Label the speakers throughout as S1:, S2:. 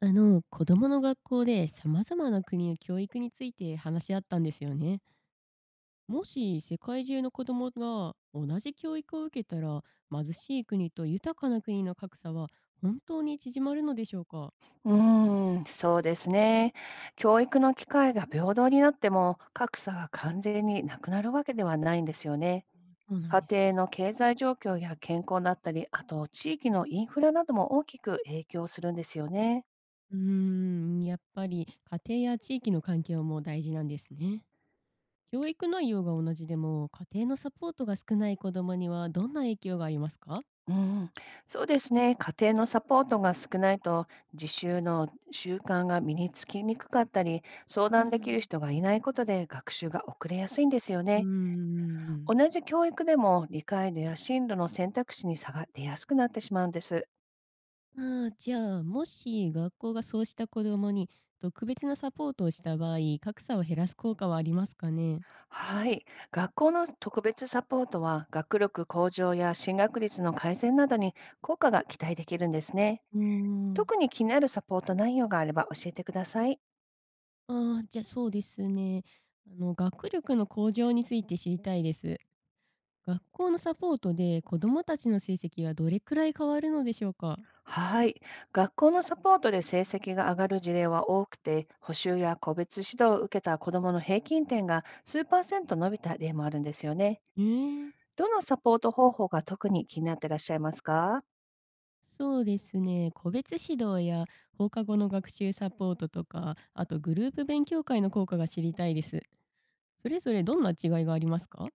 S1: 子供の学校で様々な国の教育について話し合ったんですよね。もし世界中の子供が同じ教育を受けたら、貧しい国と豊かな国の格差は本当に縮まるのでしょうか。
S2: うーん、そうですね。教育の機会が平等になっても、格差が完全になくなるわけではないんですよね。
S1: そうなん
S2: 家
S1: ですね。
S2: 庭の経済状況や健康だったり、あと地域のインフラなども大きく影響するんですよね。
S1: やっぱり家庭や地域の環境も大事なんですね。教育内容が同じでも、家庭のサポートが少ない子供にはどんな影響がありますか？
S2: うん、そうですね。家庭のサポートが少ないと、自習の習慣が身につきにくかったり、相
S1: う
S2: 談できる
S1: ん、
S2: 人がいないことで学習が遅れやすいんですよ
S1: うー
S2: ね。
S1: ん。
S2: 同じ教育でも理解度や進路の選択肢に差が出やすくなってしまうんです。
S1: ああ、じゃあ、もし学校がそうした子どもに特別なサポートをした場合、格差を減らす効果はありますかね？
S2: はい。学校の特別サポートは学力向上や進学率の改善などに効果が期待できるんですね。
S1: うーん。
S2: 特に気になるサポート内容があれば教えてください。
S1: ああ、じゃ、そうですね。学力の向上について知りたいです。学校のサポートで子どもたちの成績はどれくらい変わるのでしょうか？
S2: はい。学校のサポートで成績が上がる事例は多くて、補習や個別指導を受けた子どもの平均点が数パーセント伸びた例もあるんですよね。
S1: えー、
S2: どのサポート方法が特に気になってらっしゃいますか？
S1: そうですね、個別指導や放課後の学習サポートとか、あとグループ勉強会の効果が知りたいです。それぞれどんな違いがありますか？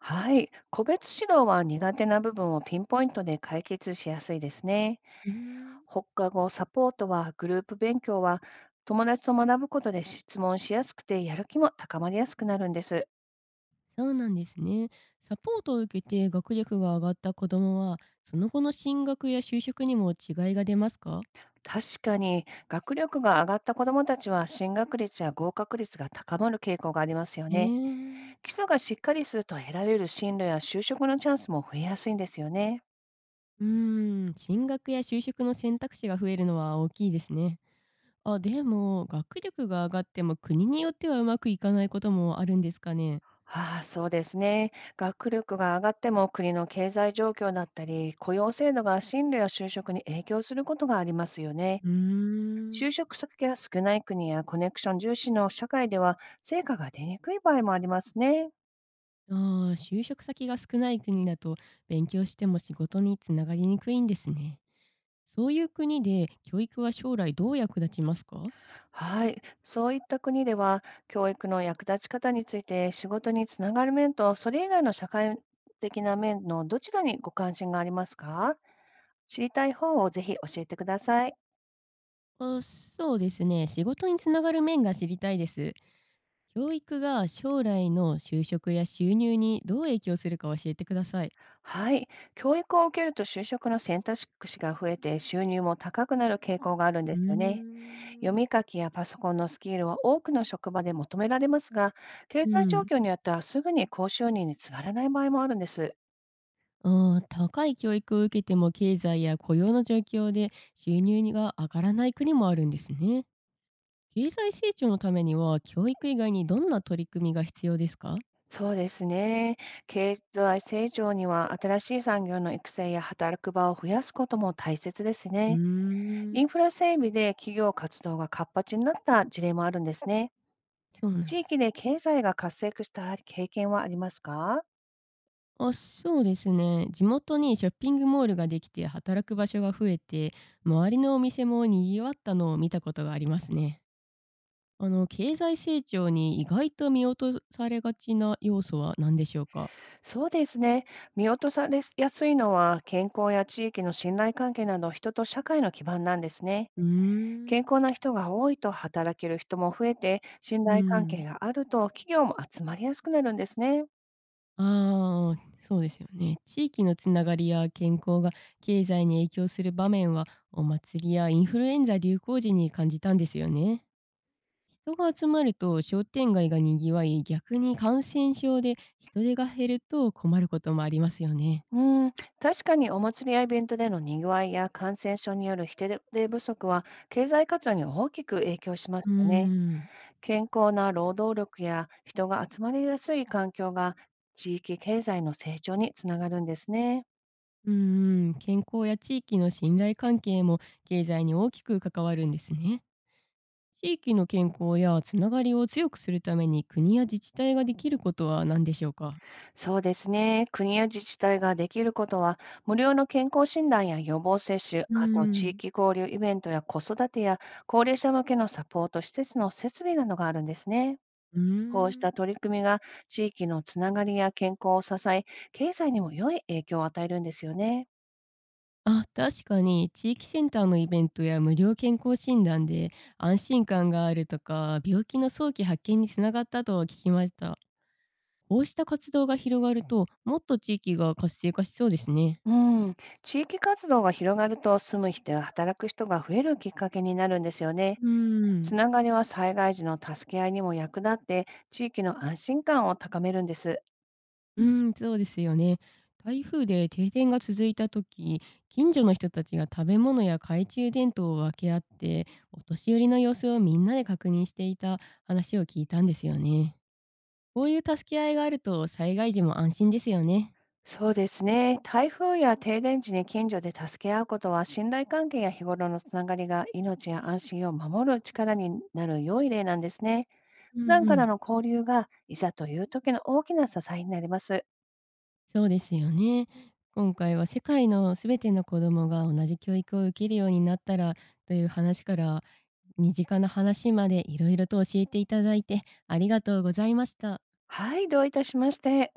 S2: はい、個別指導は苦手な部分をピンポイントで解決しやすいですね。
S1: うーん。
S2: 放課後サポートはグループ勉強は友達と学ぶことで質問しやすくてやる気も高まりやすくなるんです。
S1: そうなんですね。サポートを受けて学力が上がった子どもは、その後の進学や就職にも違いが出ますか？
S2: 確かに学力が上がった子どもたちは進学率や合格率が高まる傾向がありますよね。
S1: ええ。
S2: 基礎がしっかりすると得られる進路や就職のチャンスも増えやすいんですよね。
S1: うーん、進学や就職の選択肢が増えるのは大きいですね。あ、でも、学力が上がっても国によってはうまくいかないこともあるんですかね。
S2: ああ、そうですね。学力が上がっても国の経済状況だったり、雇用制度が進路や就職に影響することがありますよね。
S1: うーん。
S2: 就職先が少ない国やコネクション重視の社会では成果が出にくい場合もありますね。
S1: ああ、就職先が少ない国だと勉強しても仕事につながりにくいんですね。そういう国で教育は将来どう役立ちますか？
S2: はい。そういった国では、教育の役立ち方について仕事につながる面と、それ以外の社会的な面のどちらにご関心がありますか？知りたい方をぜひ教えてください。
S1: あ、そうですね。仕事につながる面が知りたいです。教育が将来の就職や収入にどう影響するか教えてください。
S2: はい。教育を受けると就職の選択肢が増えて収入も高くなる傾向があるん
S1: う
S2: ですよね。読
S1: ーん。
S2: み書きやパソコンのスキルは多くの職場で求められますが、経
S1: う
S2: 済状
S1: ん。
S2: 況によってはすぐに高収入につながらない場合もあるんです。
S1: あー、高い教育を受けても経済や雇用の状況で収入が上がらない国もあるんですね。経済成長のためには教育以外にどんな取り組みが必要ですか？
S2: そうですね。経済成長には新しい産業の育成や働く場を増やすことも大切です
S1: うー
S2: ね。イ
S1: ん。
S2: ンフラ整備で企業活動が活発になった事例もあるんですね。
S1: そうな
S2: 地
S1: ん、
S2: 域で経済が活性化した経験はありますか？
S1: あ、そうですね。地元にショッピングモールができて働く場所が増えて、周りのお店も賑わったのを見たことがありますね。経済成長に意外と見落とされがちな要素は何でしょうか？
S2: そうですね。見落とされやすいのは、健康や地域の信頼関係など、人と社会の基盤なんですね。
S1: うー
S2: 健
S1: ん、
S2: 康な人が多いと働ける人も増えて、信
S1: う
S2: 頼関
S1: ん、
S2: 係があると企業も集まりやすくなるんですね。
S1: ああ、そうですよね。地域のつながりや健康が経済に影響する場面は、お祭りやインフルエンザ流行時に感じたんですよね。人が集まると商店街がにぎわい、逆に感染症で人手が減ると困ることもありますよね。
S2: うん、確かにお祭りやイベントでのにぎわいや感染症による人手不足は経済活動に大きく影響しま
S1: う
S2: す
S1: ー
S2: よね。
S1: ん、
S2: 健康な労働力や人が集まりやすい環境が地域経済の成長につながるんですね。
S1: うんん、健康や地域の信頼関係も経済に大きく関わるんですね。地域の健康やつながりを強くするために国や自治体ができることは何でしょうか？
S2: そうですね。国や自治体ができることは、無料の健康診断や予防接種、
S1: うー
S2: あと地
S1: ん、
S2: 域交流イベントや子育てや高齢者向けのサポート施設の設備などがあるんですね。
S1: うー
S2: こうし
S1: ん。
S2: た取り組みが地域のつながりや健康を支え、経済にも良い影響を与えるんですよね。
S1: あ、確かに地域センターのイベントや無料健康診断で安心感があるとか病気の早期発見につながったとは聞きました。こうした活動が広がるともっと地域が活性化しそうですね。
S2: うん、地域活動が広がると住む人や働く人が増えるきっかけになるんですよね。
S1: うー
S2: つ
S1: ん、
S2: ながりは災害時の助け合いにも役立って、地域の安心感を高めるんです。
S1: うーん、そうですよね。台風で停電が続いた時、近所の人たちが食べ物や懐中電灯を分け合ってお年寄りの様子をみんなで確認していた話を聞いたんですよね。こういう助け合いがあると災害時も安心ですよね。
S2: そうですね。台風や停電時に近所で助け合うことは、信頼関係や日頃のつながりが命や安心を守る力になる良い例なんですね。
S1: うん
S2: 普段
S1: う
S2: から
S1: ん。
S2: の交流が、いざという時の大きな支えになります。
S1: そうですよね。今回は世界のすべての子どもが同じ教育を受けるようになったらという話から身近な話までいろいろと教えていただいてありがとうございました。
S2: はい、どういたしまして。